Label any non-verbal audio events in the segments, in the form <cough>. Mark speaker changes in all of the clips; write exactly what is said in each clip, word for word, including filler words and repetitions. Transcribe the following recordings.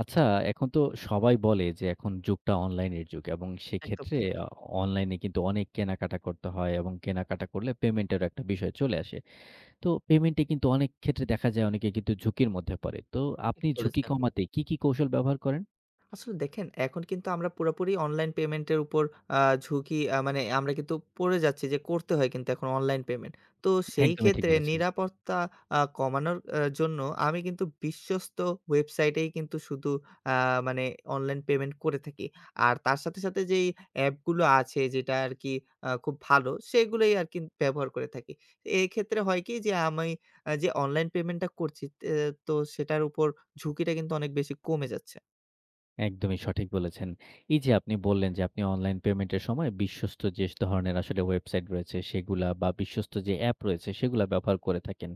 Speaker 1: আচ্ছা, এখন তো সবাই বলে যে এখন যুগটা অনলাইনের যুগ এবং
Speaker 2: একদম
Speaker 1: সেক্ষেত্রে
Speaker 2: ঠিক,
Speaker 1: আ অনলাইনে কিন্তু অনেক কেনাকাটা করতে হয় এবং কেনাকাটা করলে পেমেন্টেরও একটা বিষয় চলে আসে। তো পেমেন্টে কিন্তু অনেক ক্ষেত্রে দেখা যায় অনেকে কিন্তু ঝুঁকির মধ্যে পড়ে। তো
Speaker 2: ঠিক
Speaker 1: আপনি ঝুঁকি
Speaker 2: বলেছেন।
Speaker 1: কমাতে কি, কি কৌশল ব্যবহার করেন?
Speaker 2: আসলে দেখেন, এখন কিন্তু আমরা পুরাপুরি অনলাইন পেমেন্টের উপর আ ঝুঁকি আ মানে আমরা কিন্তু পড়ে যাচ্ছি যে করতে হয় কিন্তু এখন অনলাইন পেমেন্ট। তো সেই
Speaker 1: একদমই ঠিক
Speaker 2: ক্ষেত্রে
Speaker 1: বলেছেন।
Speaker 2: নিরাপত্তা আ কমানোর আ জন্য আমি কিন্তু বিশ্বস্ত ওয়েবসাইটেই কিন্তু শুধু আ মানে অনলাইন পেমেন্ট করে থাকি। আর তার সাথে, সাথে যেই অ্যাপগুলো আছে যেটা আরকি আ খুব ভালো সেগুলোই আরকি ব্যবহার করে থাকি। এক্ষেত্রে হয় কি যে আমি আ যে অনলাইন পেমেন্টটা করছি তে তো সেটার উপর ঝুঁকিটা কিন্তু অনেক বেশি কমে যাচ্ছে।
Speaker 1: একদমই সঠিক বলেছেন। এই যে আপনি বললেন যে আপনি অনলাইন পেমেন্টের সময় বিশ্বস্ত যে ধরনের আসলে ওয়েবসাইট রয়েছে সেগুলা বা বিশ্বস্ত যে অ্যাপ রয়েছে সেগুলা ব্যবহার করে থাকেন।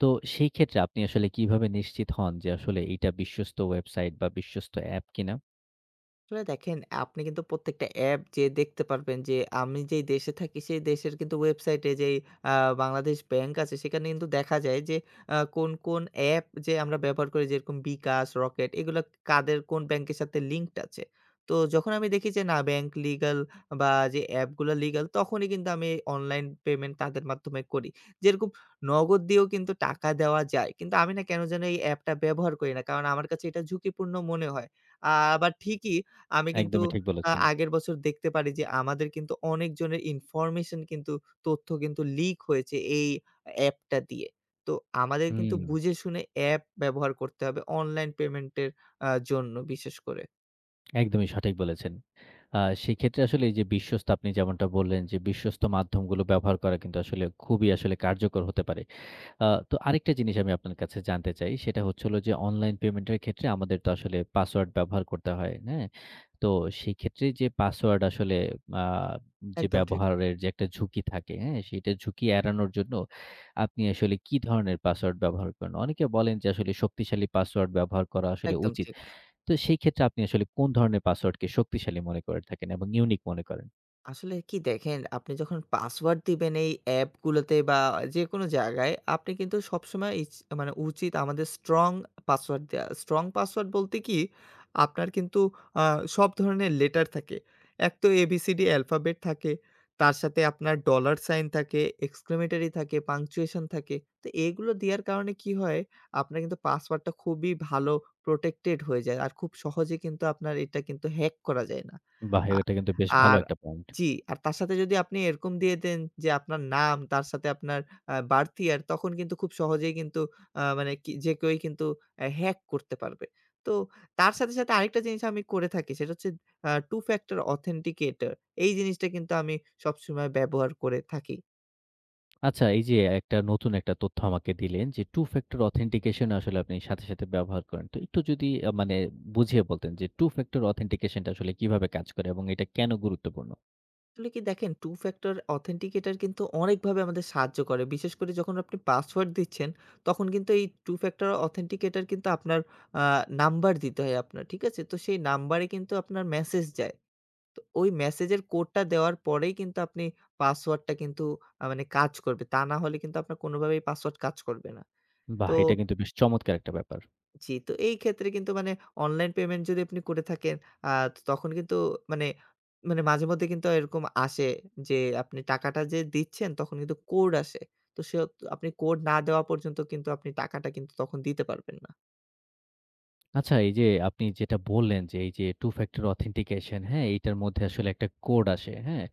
Speaker 1: তো সেই ক্ষেত্রে আপনি আসলে কিভাবে নিশ্চিত হন যে আসলে এইটা বিশ্বস্ত ওয়েবসাইট বা বিশ্বস্ত অ্যাপ কিনা?
Speaker 2: আসলে দেখেন আপনি কিন্তু প্রত্যেকটা অ্যাপ যেয়ে দেখতে পারবেন যে আমি যেই দেশে থাকি সেই দেশের কিন্তু ওয়েবসাইটে যেই আ বাংলাদেশ ব্যাংক আছে সেখানে কিন্তু দেখা যায় যে আ কোন, কোন অ্যাপ যে আমরা ব্যবহার করি যেরকম বিকাশ, রকেট এগুলা কাদের কোন ব্যাংকের সাথে লিঙ্কড আছে। তো যখন আমি দেখি যে না ব্যাংক লিগ্যাল বা যে অ্যাপগুলা লিগ্যাল তখনই কিন্তু আমি অনলাইন পেমেন্ট তাদের মাধ্যমে করি। যেরকম নগদ দিয়েও কিন্তু টাকা দেওয়া যায়। কিন্তু আমি না কেন যেন এই অ্যাপটা ব্যবহার করি না। কারণ আমার কাছে এটা ঝুঁকিপূর্ণ মনে হয়। আ আবার ঠিকই আমি কিন্তু
Speaker 1: একদমই ঠিক
Speaker 2: আ
Speaker 1: বলেছেন।
Speaker 2: আগের বছর দেখতে পারি যে আমাদের কিন্তু অনেকজনের ইনফরমেশন কিন্তু তথ্য কিন্তু লিক হয়েছে এই অ্যাপটা দিয়ে। তো আমাদের কিন্তু
Speaker 1: হুম,
Speaker 2: বুঝে শুনে অ্যাপ ব্যবহার করতে হবে অনলাইন পেমেন্টের আ জন্য বিশেষ করে।
Speaker 1: একদমই সঠিক বলেছেন। আ সেক্ষেত্রে আসলে এই যে বিশ্বস্ত আপনি যেমনটা বললেন যে বিশ্বস্ত মাধ্যমগুলো ব্যবহার করা কিন্তু আসলে খুবই আসলে কার্যকর হতে পারে। আ তো আরেকটা জিনিস আমি আপনার কাছে জানতে চাই সেটা হচ্ছে হলো যে অনলাইন পেমেন্টের ক্ষেত্রে আমাদের তো আসলে পাসওয়ার্ড ব্যবহার করতে হয়, হ্যাঁ? তো সেই ক্ষেত্রে যে পাসওয়ার্ড আসলে আ যে
Speaker 2: একদম ঠিক,
Speaker 1: ব্যবহারের যে একটা ঝুঁকি থাকে, হ্যাঁ? সেইটা ঝুঁকি এড়ানোর জন্য আপনি আসলে কি ধরনের পাসওয়ার্ড ব্যবহার করেন? অনেকে বলেন যে আসলে শক্তিশালী পাসওয়ার্ড ব্যবহার করা আসলে
Speaker 2: একদম
Speaker 1: উচিত।
Speaker 2: ঠিক।
Speaker 1: তো সেই ক্ষেত্রে আপনি আসলে কোন ধরনের পাসওয়ার্ডকে শক্তিশালী মনে করে থাকেন এবং ইউনিক মনে করেন?
Speaker 2: আসলে কি দেখেন, আপনি যখন পাসওয়ার্ড দিবেন এই অ্যাপগুলোতে বা যেকোনো জায়গায়, আপনি কিন্তু সবসময় ইচ মানে উচিত আমাদের স্ট্রং পাসওয়ার্ড দেয়া। স্ট্রং পাসওয়ার্ড বলতে কি, আপনার কিন্তু আ সব ধরনের লেটার থাকে। এক তো এবিসিডি অ্যালফাবেট থাকে, তার সাথে আপনার ডলার সাইন থাকে, এক্সক্লেমেটরি থাকে, পাংচুয়েশন থাকে। তো এগুলো দেওয়ার কারণে কি হয়, আপনার কিন্তু পাসওয়ার্ডটা খুবই ভালো প্রটেক্টেড হয়ে যায়। আর খুব সহজে কিন্তু আপনার এটা কিন্তু হ্যাক করা যায় না।
Speaker 1: বাহ!
Speaker 2: আ
Speaker 1: এটা কিন্তু বেশ ভালো
Speaker 2: আর
Speaker 1: একটা পয়েন্ট।
Speaker 2: জি, আর তার সাথে যদি আপনি এরকম দিয়ে দেন যে আপনার নাম, তার সাথে আপনার আ birth year তখন কিন্তু খুব সহজেই কিন্তু আ মানে কি যে কেউই কিন্তু অ্যা হ্যাক করতে পারবে। তো তার সাথে, সাথে আরেকটা জিনিস আমি করে থাকি সেটা হচ্ছে আ টু factor authenticator এই জিনিসটা কিন্তু আমি সবসময় ব্যবহার করে থাকি।
Speaker 1: আচ্ছা, এই যে একটা নতুন একটা তথ্য আমাকে দিলেন যে, Two Factor Authentication আসলে আপনি সাথে, সাথে ব্যবহার করেন। তো একটু যদি আ মানে বুঝিয়ে বলতেন যে, Two Factor Authentication টা আসলে কিভাবে কাজ করে এবং এটা কেন গুরুত্বপূর্ণ?
Speaker 2: আসলে কি দেখেন, টু ফ্যাক্টর অথেন্টিকেটর কিন্তু অনেকভাবে আমাদের সাহায্য করে। বিশেষ করে যখন আপনি পাসওয়ার্ড দিচ্ছেন, তখন কিন্তু এই টু ফ্যাক্টর অথেন্টিকেটর কিন্তু আপনার আ নাম্বার দিতে হয় আপনার, ঠিক আছে? তো সেই নাম্বারে কিন্তু আপনার মেসেজ যায়। তো ওই মেসেজের কোডটা দেওয়ার পরেই কিন্তু আপনি পাসওয়ার্ডটা কিন্তু আ মানে কাজ করবে। তা না হলে কিন্তু আপনার কোনোভাবেই পাসওয়ার্ড কাজ করবে না।
Speaker 1: বাহ!
Speaker 2: তো
Speaker 1: এটা কিন্তু বেশ চমৎকার একটা ব্যাপার।
Speaker 2: জি, তো এই ক্ষেত্রে কিন্তু মানে অনলাইন পেমেন্ট যদি আপনি করে থাকেন, আ তখন কিন্তু মানে মানে মাঝে মধ্যে কিন্তু এরকম আসে যে আপনি টাকাটা যে দিচ্ছেন তখন কিন্তু কোড আসে। তো সে আপনি কোড না দেওয়া পর্যন্ত কিন্তু আপনি টাকাটা কিন্তু তখন দিতে পারবেন না।
Speaker 1: আচ্ছা, এই যে আপনি যেটা বললেন যে, এই যে Two Factor Authentication, হ্যাঁ? এইটার মধ্যে আসলে একটা কোড আসে, হ্যাঁ?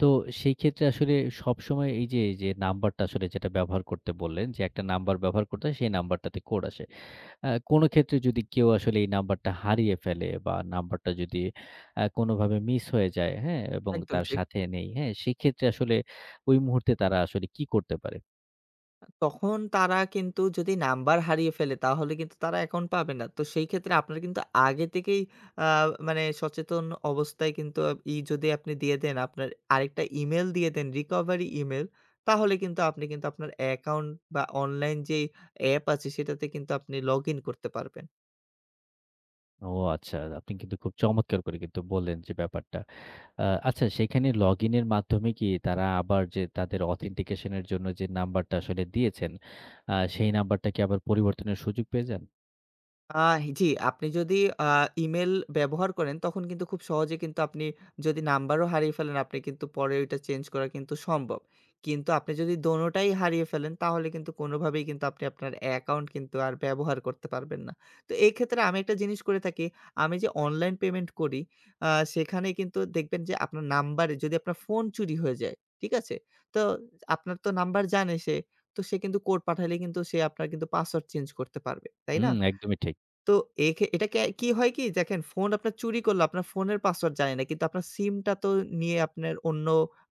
Speaker 1: তো সেই ক্ষেত্রে আসলে সবসময় এই যে, এই যে নাম্বারটা আসলে যেটা ব্যবহার করতে বললেন যে, একটা নাম্বার ব্যবহার করতে হয়, সেই নাম্বারটাতে কোড আসে। আ কোনো ক্ষেত্রে যদি কেউ আসলে এই নাম্বারটা হারিয়ে ফেলে বা নাম্বারটা যদি আ কোনোভাবে মিস হয়ে যায়, হ্যাঁ? এবং
Speaker 2: একদম
Speaker 1: তার
Speaker 2: ঠিক।
Speaker 1: সাথে নেই, হ্যাঁ? সেক্ষেত্রে আসলে ওই মুহূর্তে তারা আসলে কি করতে পারে?
Speaker 2: তখন তারা কিন্তু যদি নাম্বার হারিয়ে ফেলে তাহলে কিন্তু তারা অ্যাকাউন্ট পাবে না। তো সেই ক্ষেত্রে আপনার কিন্তু আগে থেকেই আ মানে সচেতন অবস্থায় কিন্তু আপ- ই যদি আপনি দিয়ে দেন, আপনার আরেকটা ইমেইল দিয়ে দেন রিকভারি ইমেইল, তাহলে কিন্তু আপনি কিন্তু আপনার অ্যাকাউন্ট বা অনলাইন যেই অ্যাপ আছে সেটাতে কিন্তু আপনি লগ ইন করতে পারবেন।
Speaker 1: ও আচ্ছা, আপনি কিন্তু খুব চমৎকার করে কিন্তু বললেন যে ব্যাপারটা। আ আচ্ছা সেখানে লগইন এর মাধ্যমে কি তারা আবার যে তাদের অথেন্টিকেশন এর জন্য যে নাম্বারটা আসলে দিয়েছেন, আ সেই নাম্বারটা কি আবার পরিবর্তনের সুযোগ পেয়ে যান?
Speaker 2: আহ জি, আপনি যদি আ ইমেইল ব্যবহার করেন তখন কিন্তু খুব সহজে কিন্তু আপনি যদি নাম্বারও হারিয়ে ফেলেন আপনি কিন্তু পরে ওইটা চেঞ্জ করা কিন্তু সম্ভব। কিন্তু আপনি যদি দোনোটাই হারিয়ে ফেলেন তাহলে কিন্তু কোনোভাবেই কিন্তু আপনি আপনার অ্যাকাউন্ট কিন্তু আর ব্যবহার করতে পারবেন না। তো এই ক্ষেত্রে আমি একটা জিনিস করে থাকি, আমি যে অনলাইন পেমেন্ট করি আ সেখানে কিন্তু দেখবেন যে আপনার নাম্বারে যদি আপনার ফোন চুরি হয়ে যায়, ঠিক আছে? তো আপনার তো নাম্বার জানে সে। তো সে কিন্তু কোড পাঠালে কিন্তু সে আপনার কিন্তু পাসওয়ার্ড চেঞ্জ করতে পারবে, তাই
Speaker 1: হুম,
Speaker 2: না?
Speaker 1: একদমই ঠিক,
Speaker 2: তো এখে এটা কে কি হয় কি দেখেন ফোন আপনার চুরি করল, আপনার ফোনের পাসওয়ার্ড জানে না। কিন্তু আপনার সিমটা তো নিয়ে আপনার অন্য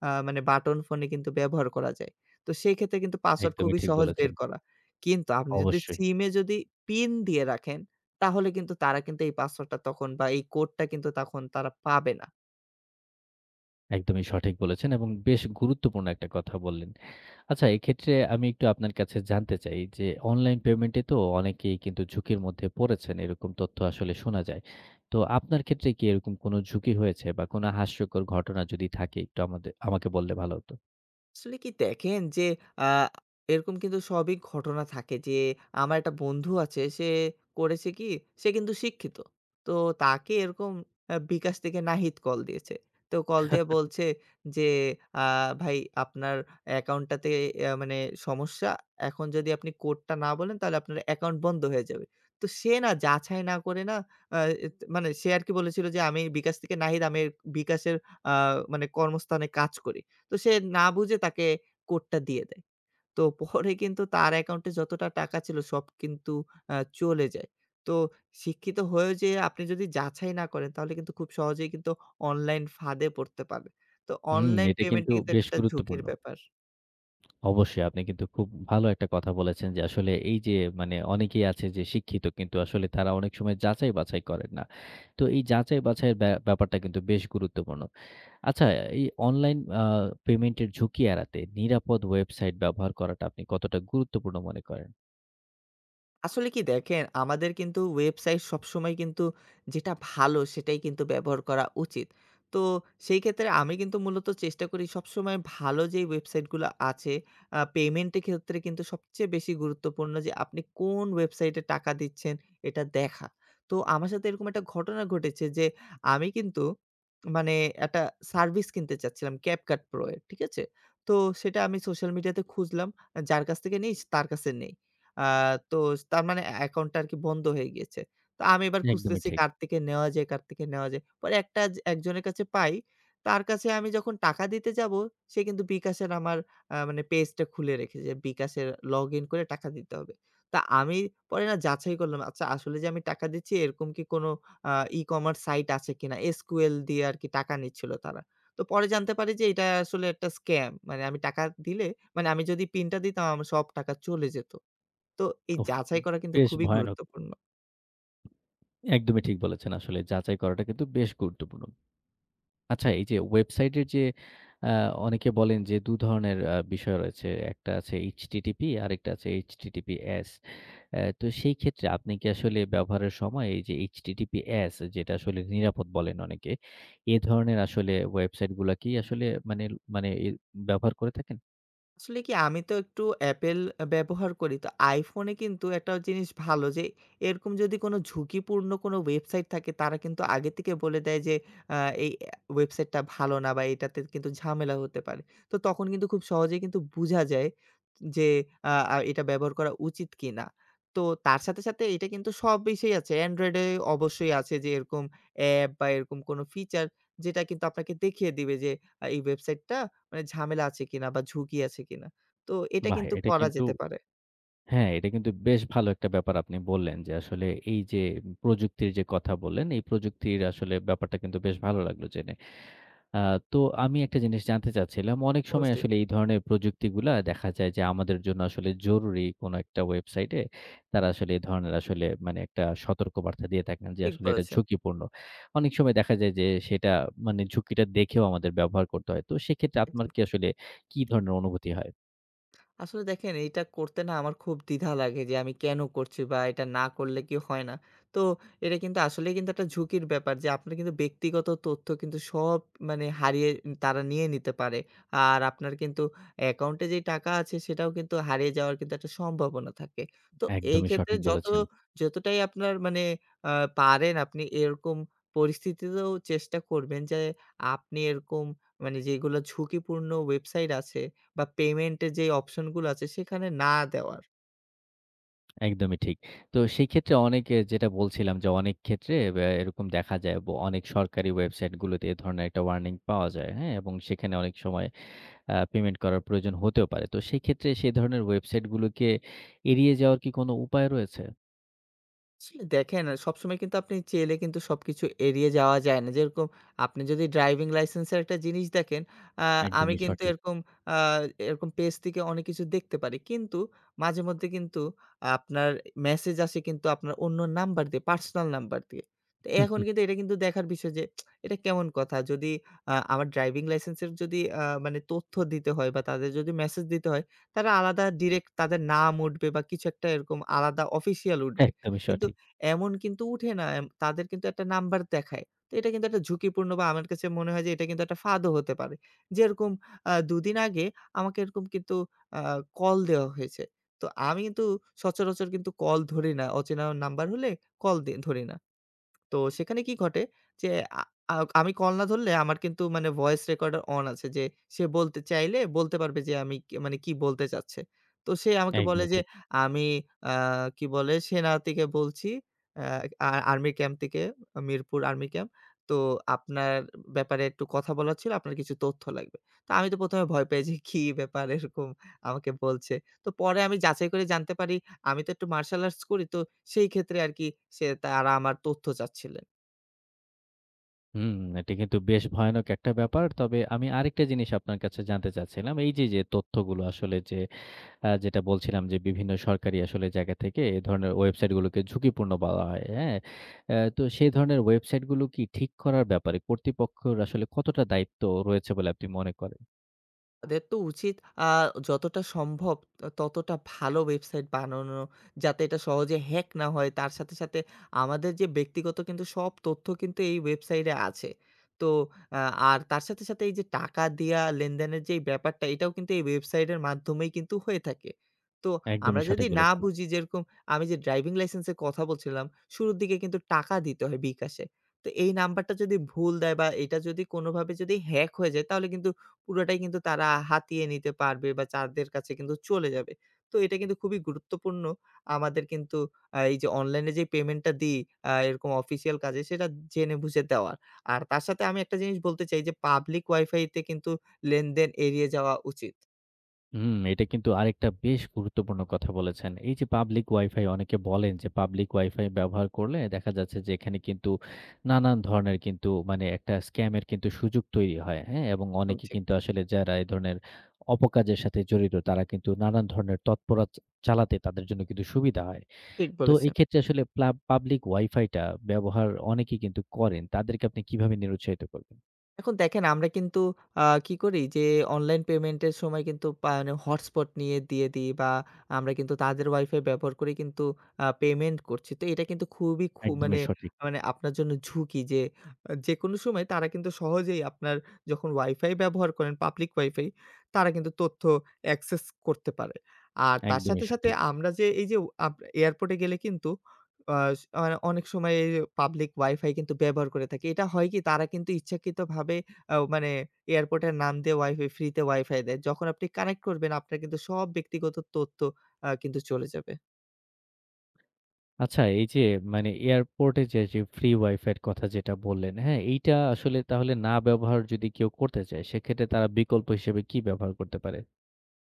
Speaker 2: আ মানে বাটন ফোনে কিন্তু ব্যবহার করা যায়। তো সেই ক্ষেত্রে কিন্তু পাসওয়ার্ড
Speaker 1: একদমই
Speaker 2: খুবই
Speaker 1: ঠিক
Speaker 2: সহজ
Speaker 1: বলেছেন।
Speaker 2: বের করা। কিন্তু আপনি যদি
Speaker 1: অবশ্যই।
Speaker 2: সিমে যদি পিন দিয়ে রাখেন, তাহলে কিন্তু তারা কিন্তু এই পাসওয়ার্ডটা তখন বা এই কোডটা কিন্তু তখন তারা পাবে না।
Speaker 1: একদমই সঠিক বলেছেন এবং বেশ গুরুত্বপূর্ণ একটা কথা বললেন। আচ্ছা এক্ষেত্রে আমি একটু আপনার কাছে জানতে চাই যে অনলাইন পেমেন্টে তো অনেকেই কিন্তু ঝুঁকির মধ্যে পড়েছেন। এরকম তথ্য আসলে শোনা যায়। তো আপনার ক্ষেত্রে কি এরকম কোনো ঝুঁকি হয়েছে বা কোনো হাস্যকর ঘটনা যদি থাকে একটু আমাদে আমাকে বললে ভালো হতো।
Speaker 2: আসলে কি দেখেন যে আ এরকম কিন্তু সবই ঘটনা থাকে যে আমার একটা বন্ধু আছে সে করেছে কি সে কিন্তু শিক্ষিত। তো তাকে এরকম আ বিকাশ থেকে নাহিদ কল দিয়েছে। তো কল দিয়ে বলছে যে আ "ভাই আপনার অ্যাকাউন্টটাতে আ মানে সমস্যা। এখন যদি আপনি কোডটা না বলেন তাহলে আপনার অ্যাকাউন্ট বন্ধ হয়ে যাবে।" তো সে না যাচাই না করে না আ এত মানে সে আরকি বলেছিল যে আমি বিকাশ থেকে নাহিদ আমি বিকাশের আ মানে কর্মস্থানে কাজ করি। তো সে না বুঝে তাকে কোডটা দিয়ে দেয়। তো পরে কিন্তু তার অ্যাকাউন্টে যতটা টাকা ছিল সব কিন্তু আ চলে যায়। তো শিক্ষিত হয়েও যে আপনি যদি যাচাই না করেন তাহলে কিন্তু খুব সহজেই কিন্তু অনলাইন ফাঁদে পড়তে পারেন। তো
Speaker 1: হুম,
Speaker 2: অনলাইন
Speaker 1: এটা
Speaker 2: পেমেন্ট
Speaker 1: কিন্তু
Speaker 2: কিন্তু এটা
Speaker 1: বেশ
Speaker 2: একটা ঝুঁকির
Speaker 1: গুরুত্বপূর্ণ।
Speaker 2: ব্যাপার।
Speaker 1: অবশ্যই আপনি কিন্তু খুব ভালো একটা কথা বলেছেন যে আসলে এই যে মানে অনেকেই আছে যে শিক্ষিত কিন্তু আসলে তারা অনেক সময় যাচাই বাছাই করেন না। তো এই যাচাই বাছাইয়ের ব্যা ব্যাপারটা কিন্তু বেশ গুরুত্বপূর্ণ। আচ্ছা, এই অনলাইন আ পেমেন্টের ঝুঁকি এড়াতে নিরাপদ ওয়েবসাইট ব্যবহার করাটা আপনি কতটা গুরুত্বপূর্ণ মনে করেন?
Speaker 2: আসলে কি দেখেন, আমাদের কিন্তু ওয়েবসাইট সবসময় কিন্তু যেটা ভালো সেটাই কিন্তু ব্যবহার করা উচিত। তো সেই ক্ষেত্রে আমি কিন্তু মূলত চেষ্টা করি সবসময় ভালো যেই ওয়েবসাইটগুলো আছে, আ পেমেন্টের ক্ষেত্রে কিন্তু সবচেয়ে বেশি গুরুত্বপূর্ণ যে আপনি কোন ওয়েবসাইটে টাকা দিচ্ছেন এটা দেখা। তো আমার সাথে এরকম একটা ঘটনা ঘটেছে যে আমি কিন্তু মানে একটা সার্ভিস কিনতে চাচ্ছিলাম CapCut Pro এর। ঠিক আছে? তো সেটা আমি সোশ্যাল মিডিয়াতে খুঁজলাম। যার কাছ থেকে নিই তার কাছে নেই। আ তো তার মানে অ্যা অ্যাকাউন্টটা আরকি বন্ধ হয়ে গিয়েছে। তো আমি এবার
Speaker 1: একদমই
Speaker 2: খুঁজতেছি
Speaker 1: ঠিক।
Speaker 2: কার থেকে নেওয়া যায়, কার থেকে নেওয়া যায়। পরে একটা জ একজনের কাছে পাই। তার কাছে আমি যখন টাকা দিতে যাবো, সে কিন্তু বিকাশের আমার আ মানে পেজটা খুলে রেখেছে। বিকাশের লগইন করে টাকা দিতে হবে। তা আমি পরে না যাচাই করলাম, আচ্ছা আসলে যে আমি টাকা দিচ্ছি এরকম কি কোনো আ ই-কমার্স সাইট আছে কিনা? এস কিউ এল দিয়ে আরকি টাকা নিচ্ছিল তারা। তো পরে জানতে পারি যে এটা আসলে একটা স্ক্যাম। মানে আমি টাকা দিলে মানে আমি যদি পিনটা দিতাম আমার সব টাকা চলে যেত। তো এই
Speaker 1: উফ!
Speaker 2: যাচাই করা কিন্তু
Speaker 1: বেশ
Speaker 2: খুবই
Speaker 1: ভয়ানক।
Speaker 2: গুরুত্বপূর্ণ।
Speaker 1: একদমই ঠিক বলেছেন আসলে। যাচাই করাটা কিন্তু বেশ গুরুত্বপূর্ণ। আচ্ছা এই যে ওয়েবসাইটের যে আ অনেকে বলেন যে দুই ধরনের আ বিষয় রয়েছে। একটা আছে এইচ টি টি পি আরেকটা আছে H T T P S. অ্যা তো সেই ক্ষেত্রে আপনি কি আসলে ব্যবহারের সময় এই যে H T T P S যেটা আসলে নিরাপদ বলেন অনেকে, এ ধরনের আসলে ওয়েবসাইট গুলা কি আসলে মানে মানে এ ব্যবহার করে থাকেন?
Speaker 2: আসলে কি আমি তো একটু Apple আ ব্যবহার করি। তো iPhone এ কিন্তু একটা জিনিস ভালো যে এরকম যদি কোনো ঝুঁকিপূর্ণ কোনো ওয়েবসাইট থাকে তারা কিন্তু আগে থেকে বলে দেয় যে আ এই অ্যা ওয়েবসাইটটা ভালো না বা এটাতে কিন্তু ঝামেলা হতে পারে। তো তখন কিন্তু খুব সহজেই কিন্তু বুঝা যায় যে আ আ এটা ব্যবহার করা উচিত কিনা? তো তার সাথে, সাথে এটা কিন্তু সব বিষেই আছে। Android এ অবশ্যই আছে যে এরকম অ্যাপ বা এরকম কোনো ফিচার যেটা কিন্তু আপনাকে দেখিয়ে দিবে যে আ এই ওয়েবসাইটটা মানে ঝামেলা আছে কিনা বা ঝুঁকি আছে কিনা? তো এটা
Speaker 1: বাহ!
Speaker 2: কিন্তু
Speaker 1: এটা
Speaker 2: করা
Speaker 1: কিন্তু
Speaker 2: যেতে পারে।
Speaker 1: হ্যাঁ, এটা কিন্তু বেশ ভালো একটা ব্যাপার আপনি বললেন যে আসলে এই যে প্রযুক্তির যে কথা বললেন, এই প্রযুক্তির আসলে ব্যাপারটা কিন্তু বেশ ভালো লাগলো জেনে। আ তো আমি একটা জিনিস জানতে চাচ্ছিলাম। অনেক সময়
Speaker 2: অবশ্যই
Speaker 1: আসলে এই ধরনের প্রযুক্তিগুলা দেখা যায় যে আমাদের জন্য আসলে জরুরি কোনো একটা ওয়েবসাইটে তারা আসলে এ ধরনের আসলে মানে একটা সতর্কবার্তা দিয়ে থাকেন যে
Speaker 2: ঠিক
Speaker 1: আসলে এটা
Speaker 2: বলেছেন।
Speaker 1: ঝুঁকিপূর্ণ। অনেক সময় দেখা যায় যে সেটা মানে ঝুঁকিটা দেখেও আমাদের ব্যবহার করতে হয়। তো সেক্ষেত্রে আপনার
Speaker 2: একদম
Speaker 1: কি
Speaker 2: ঠিক।
Speaker 1: আসলে কি ধরনের অনুভূতি হয়?
Speaker 2: আসলে দেখেন এইটা করতে না আমার খুব দ্বিধা লাগে যে আমি কেন করছি বা এটা না করলে কি হয় না। তো এটা কিন্তু আসলেই কিন্তু একটা ঝুঁকির ব্যাপার যে আপনার কিন্তু ব্যক্তিগত তথ্য কিন্তু সব মানে হারিয়ে তারা নিয়ে নিতে পারে। আর আপনার কিন্তু অ্যাকাউন্টে যেই টাকা আছে সেটাও কিন্তু হারিয়ে যাওয়ার কিন্তু একটা সম্ভাবনা থাকে। তো এই
Speaker 1: একদমই
Speaker 2: ক্ষেত্রে
Speaker 1: সঠিক
Speaker 2: যত
Speaker 1: বলেছেন।
Speaker 2: যতটাই আপনার মানে আ পারেন আপনি এরকম পরিস্থিতিতেও চেষ্টা করবেন যে আপনি এরকম মানে যেগুলো ঝুঁকিপূর্ণ ওয়েবসাইট আছে বা পেমেন্ট এর যেই অপশন গুলো আছে সেখানে না দেওয়ার।
Speaker 1: একদমই ঠিক। তো সেক্ষেত্রে অনেকে যেটা বলছিলাম যে অনেক ক্ষেত্রে ব্যা এরকম দেখা যায় ব অনেক সরকারি ওয়েবসাইটগুলোতে এ ধরনের একটা ওয়ার্নিং পাওয়া যায়, হ্যাঁ? এবং সেখানে অনেক সময় আ পেমেন্ট করার প্রয়োজন হতেও পারে। তো সেক্ষেত্রে সে ধরনের ওয়েবসাইটগুলোকে এড়িয়ে যাওয়ার কি কোনো উপায় রয়েছে?
Speaker 2: আসলে দেখেন সবসময় কিন্তু আপনি চেলে কিন্তু সবকিছু এড়িয়ে যাওয়া যায় না। যেরকম আপনি যদি ড্রাইভিং লাইসেন্সের একটা জিনিস দেখেন, আ আমি
Speaker 1: একদমই
Speaker 2: কিন্তু
Speaker 1: সঠিক।
Speaker 2: এরকম আ এরকম পেজ থেকে অনেক কিছু দেখতে পারি। কিন্তু মাঝেমধ্যে কিন্তু আপনার মেসেজ আসে কিন্তু আপনার অন্য নাম্বার দিয়ে, পার্সোনাল নাম্বার দিয়ে। তো এখন কিন্তু
Speaker 1: <laughs>
Speaker 2: এটা কিন্তু দেখার বিষয় যে এটা কেমন কথা? যদি আ আমার ড্রাইভিং লাইসেন্সের যদি আ মানে তথ্য দিতে হয় বা তাদের যদি মেসেজ দিতে হয়, তারা আলাদা ডিরেক্ট তাদের নাম উঠবে বা কিছু একটা এরকম আলাদা অফিসিয়াল উঠবে।
Speaker 1: একদমই
Speaker 2: কিন্তু
Speaker 1: সঠিক।
Speaker 2: এমন কিন্তু উঠে না। এম তাদের কিন্তু একটা নাম্বার দেখায়। তো এটা কিন্তু একটা ঝুঁকিপূর্ণ বা আমার কাছে মনে হয় যে এটা কিন্তু একটা ফাঁদও হতে পারে। যেরকম আ দুই দিন আগে আমাকে এরকম কিন্তু আ কল দেওয়া হয়েছে। তো আমি কিন্তু সচরাচর কিন্তু কল ধরি না। অচেনা নাম্বার হলে কল দি ধরি না। তো সেখানে কি ঘটে যে আ আ আমি কল না ধরলে আমার কিন্তু মানে ভয়েস রেকর্ডার অন আছে যে সে বলতে চাইলে বলতে পারবে যে আমি কি মানে কি বলতে চাচ্ছে। তো সে আমাকে বলে
Speaker 1: একদমই
Speaker 2: যে
Speaker 1: ঠিক।
Speaker 2: আমি আ কি বলে সেনা থেকে বলছি আ আ আর্মি ক্যাম্প থেকে মিরপুর আর্মি ক্যাম্প। তো আপনার ব্যাপারে একটু কথা বলার ছিল, আপনার কিছু তথ্য লাগবে। তো আমি তো প্রথম এ ভয় পেয়েছি কি ব্যাপার এরকম আমাকে বলছে। তো পরে আমি যাচাই করে জানতে পারি আমি তো একটু মার্শাল আর্টস করি। তো সেই ক্ষেত্রে আরকি সে তারা আমার তথ্য চাচ্ছিলেন।
Speaker 1: হুম, এটা কিন্তু বেশ ভয়ানক একটা ব্যাপার। তবে আমি আরেকটা জিনিস আপনার কাছে জানতে চাচ্ছিলাম। এই যে, যে তথ্যগুলো আসলে যে আ যেটা বলছিলাম যে বিভিন্ন সরকারি আসলে জায়গা থেকে এ ধরনের ওয়েবসাইটগুলোকে ঝুঁকিপূর্ণ বলা হয়, হ্যাঁ? আ তো সেই ধরনের ওয়েবসাইটগুলো কি ঠিক করার ব্যাপারে কর্তৃপক্ষের আসলে কতটা দায়িত্ব রয়েছে বলে আপনি মনে করেন?
Speaker 2: তাদের তো উচিত আ যতটা সম্ভব ত ততটা ভালো ওয়েবসাইট বানানো, যাতে এটা সহজে হ্যাক না হয়। তার সাথে, সাথে আমাদের যে ব্যক্তিগত কিন্তু সব তথ্য কিন্তু এই ওয়েবসাইটে আছে। তো আ আর তার সাথে, সাথে এই যে টাকা দিয়া লেনদেনের যেই ব্যাপারটা, এটাও কিন্তু এই ওয়েবসাইটের মাধ্যমেই কিন্তু হয়ে থাকে। তো আমরা
Speaker 1: একদমই
Speaker 2: যদি
Speaker 1: সঠিক
Speaker 2: না
Speaker 1: বলেছেন।
Speaker 2: বুঝি যেরকম আমি যে ড্রাইভিং লাইসেন্স এর কথা বলছিলাম, শুরুর দিকে কিন্তু টাকা দিতে হয় বিকাশে। তো এই নাম্বারটা যদি ভুল দেয় বা এটা যদি কোনোভাবে যদি হ্যাক হয়ে যায়, তাহলে কিন্তু পুরোটাই কিন্তু তারা হাতিয়ে নিতে পারবে বা তাদের কাছে কিন্তু চলে যাবে। তো এটা কিন্তু খুবই গুরুত্বপূর্ণ আমাদের কিন্তু আ এই যে অনলাইনে যে পেমেন্টটা দিই আ এরকম অফিসিয়াল কাজে সেটা জেনে বুঝে দেওয়ার। আর তার সাথে আমি একটা জিনিস বলতে চাই যে পাবলিক ওয়াইফাইতে কিন্তু লেনদেন এড়িয়ে যাওয়া উচিত।
Speaker 1: হুম, এটা কিন্তু আরেকটা বেশ গুরুত্বপূর্ণ কথা বলেছেন। এই যে পাবলিক ওয়াইফাই অনেকে বলেন যে পাবলিক ওয়াইফাই ব্যবহার করলে দেখা যাচ্ছে যে এখানে কিন্তু নানান ধরনের কিন্তু মানে একটা স্ক্যামের কিন্তু সুযোগ তৈরি হয়। হ্যাঁ? এবং
Speaker 2: একদম
Speaker 1: অনেকে
Speaker 2: ঠিক,
Speaker 1: কিন্তু আসলে যারা এই ধরনের অপকাজের সাথে জড়িত তারা কিন্তু নানান ধরনের তৎপরতা চালাতে তাদের জন্য কিন্তু সুবিধা হয়।
Speaker 2: ঠিক
Speaker 1: তো
Speaker 2: বলেছেন।
Speaker 1: এক্ষেত্রে আসলে প্লা পাবলিক ওয়াইফাইটা ব্যবহার অনেকেই কিন্তু করেন। তাদেরকে আপনি কিভাবে নিরুৎসাহিত করবেন?
Speaker 2: এখন দেখেন আমরা কিন্তু আ কি করি যে অনলাইন পেমেন্টের সময় কিন্তু পা মানে হটস্পট নিয়ে দিয়ে দিই বা আমরা কিন্তু তাদের ওয়াইফাই ব্যবহার করে কিন্তু আ পেমেন্ট করছি। তো এটা কিন্তু খুবই খু
Speaker 1: একদমই
Speaker 2: মানে,
Speaker 1: সঠিক,
Speaker 2: মানে আপনার জন্য ঝুঁকি যে আ যেকোনো সময় তারা কিন্তু সহজেই আপনার যখন ওয়াইফাই ব্যবহার করেন পাবলিক ওয়াইফাই তারা কিন্তু তথ্য অ্যাক্সেস করতে পারে। আর তার
Speaker 1: একদমই
Speaker 2: সাথে, সাথে
Speaker 1: সঠিক।
Speaker 2: আমরা যে এই যে আপ এয়ারপোর্টে গেলে কিন্তু আ মানে অনেক সময় এই পাবলিক ওয়াইফাই কিন্তু ব্যবহার করে থাকি। এটা হয় কি তারা কিন্তু ইচ্ছাকৃতভাবে আ মানে এয়ারপোর্টের নাম দিয়ে ওয়াইফাই ফ্রিতে ওয়াইফাই দেয়। যখন আপনি কানেক্ট করবেন আপনার কিন্তু সব ব্যক্তিগত তথ্য আ কিন্তু চলে যাবে।
Speaker 1: আচ্ছা এই যে মানে এয়ারপোর্টে যে যে ফ্রি ওয়াইফাই এর কথা যেটা বললেন, হ্যাঁ? এইটা আসলে তাহলে না ব্যবহার যদি কেউ করতে চায়, সেক্ষেত্রে তারা বিকল্প হিসেবে কি ব্যবহার করতে পারে?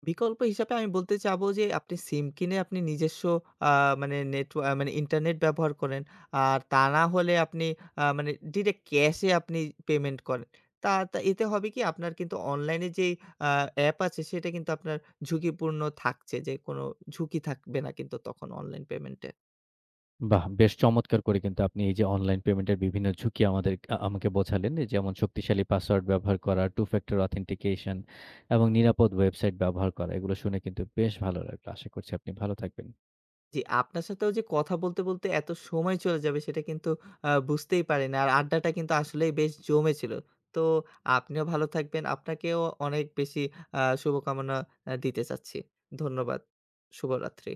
Speaker 2: বিকল্প হিসাবে আমি বলতে চাবো যে আপনি সিম কিনে আপনি নিজস্ব আ মানে নেটওয়া মানে ইন্টারনেট ব্যবহার করেন। আর তা না হলে আপনি আ মানে ডিরেক্ট ক্যাশে আপনি পেমেন্ট করেন। তা তা এতে হবে কি আপনার কিন্তু অনলাইনে যেই আ অ্যাপ আছে সেটা কিন্তু আপনার ঝুঁকিপূর্ণ থাকছে যে কোনো ঝুঁকি থাকবে না কিন্তু তখন অনলাইন পেমেন্টে।
Speaker 1: বাহ! বেশ চমৎকার করে কিন্তু আপনি এই যে অনলাইন পেমেন্টের বিভিন্ন ঝুঁকি আমাদের আ আমাকে বোঝালেন। এই যেমন শক্তিশালী পাসওয়ার্ড ব্যবহার করা, টু ফ্যাক্টর অথেন্টিকেশন এবং নিরাপদ ওয়েবসাইট ব্যবহার করা। এগুলো শুনে কিন্তু বেশ ভালো লাগলো। আশা করছি আপনি ভালো থাকবেন।
Speaker 2: জি, আপনার সাথেও যে কথা বলতে, বলতে এত সময় চলে যাবে সেটা কিন্তু আ বুঝতেই পারি না। আর আড্ডাটা কিন্তু আসলেই বেশ জমেছিল। তো আপনিও ভালো থাকবেন। আপনাকেও অনেক বেশি আ শুভকামনা আ দিতে চাচ্ছি। ধন্যবাদ। শুভরাত্রি।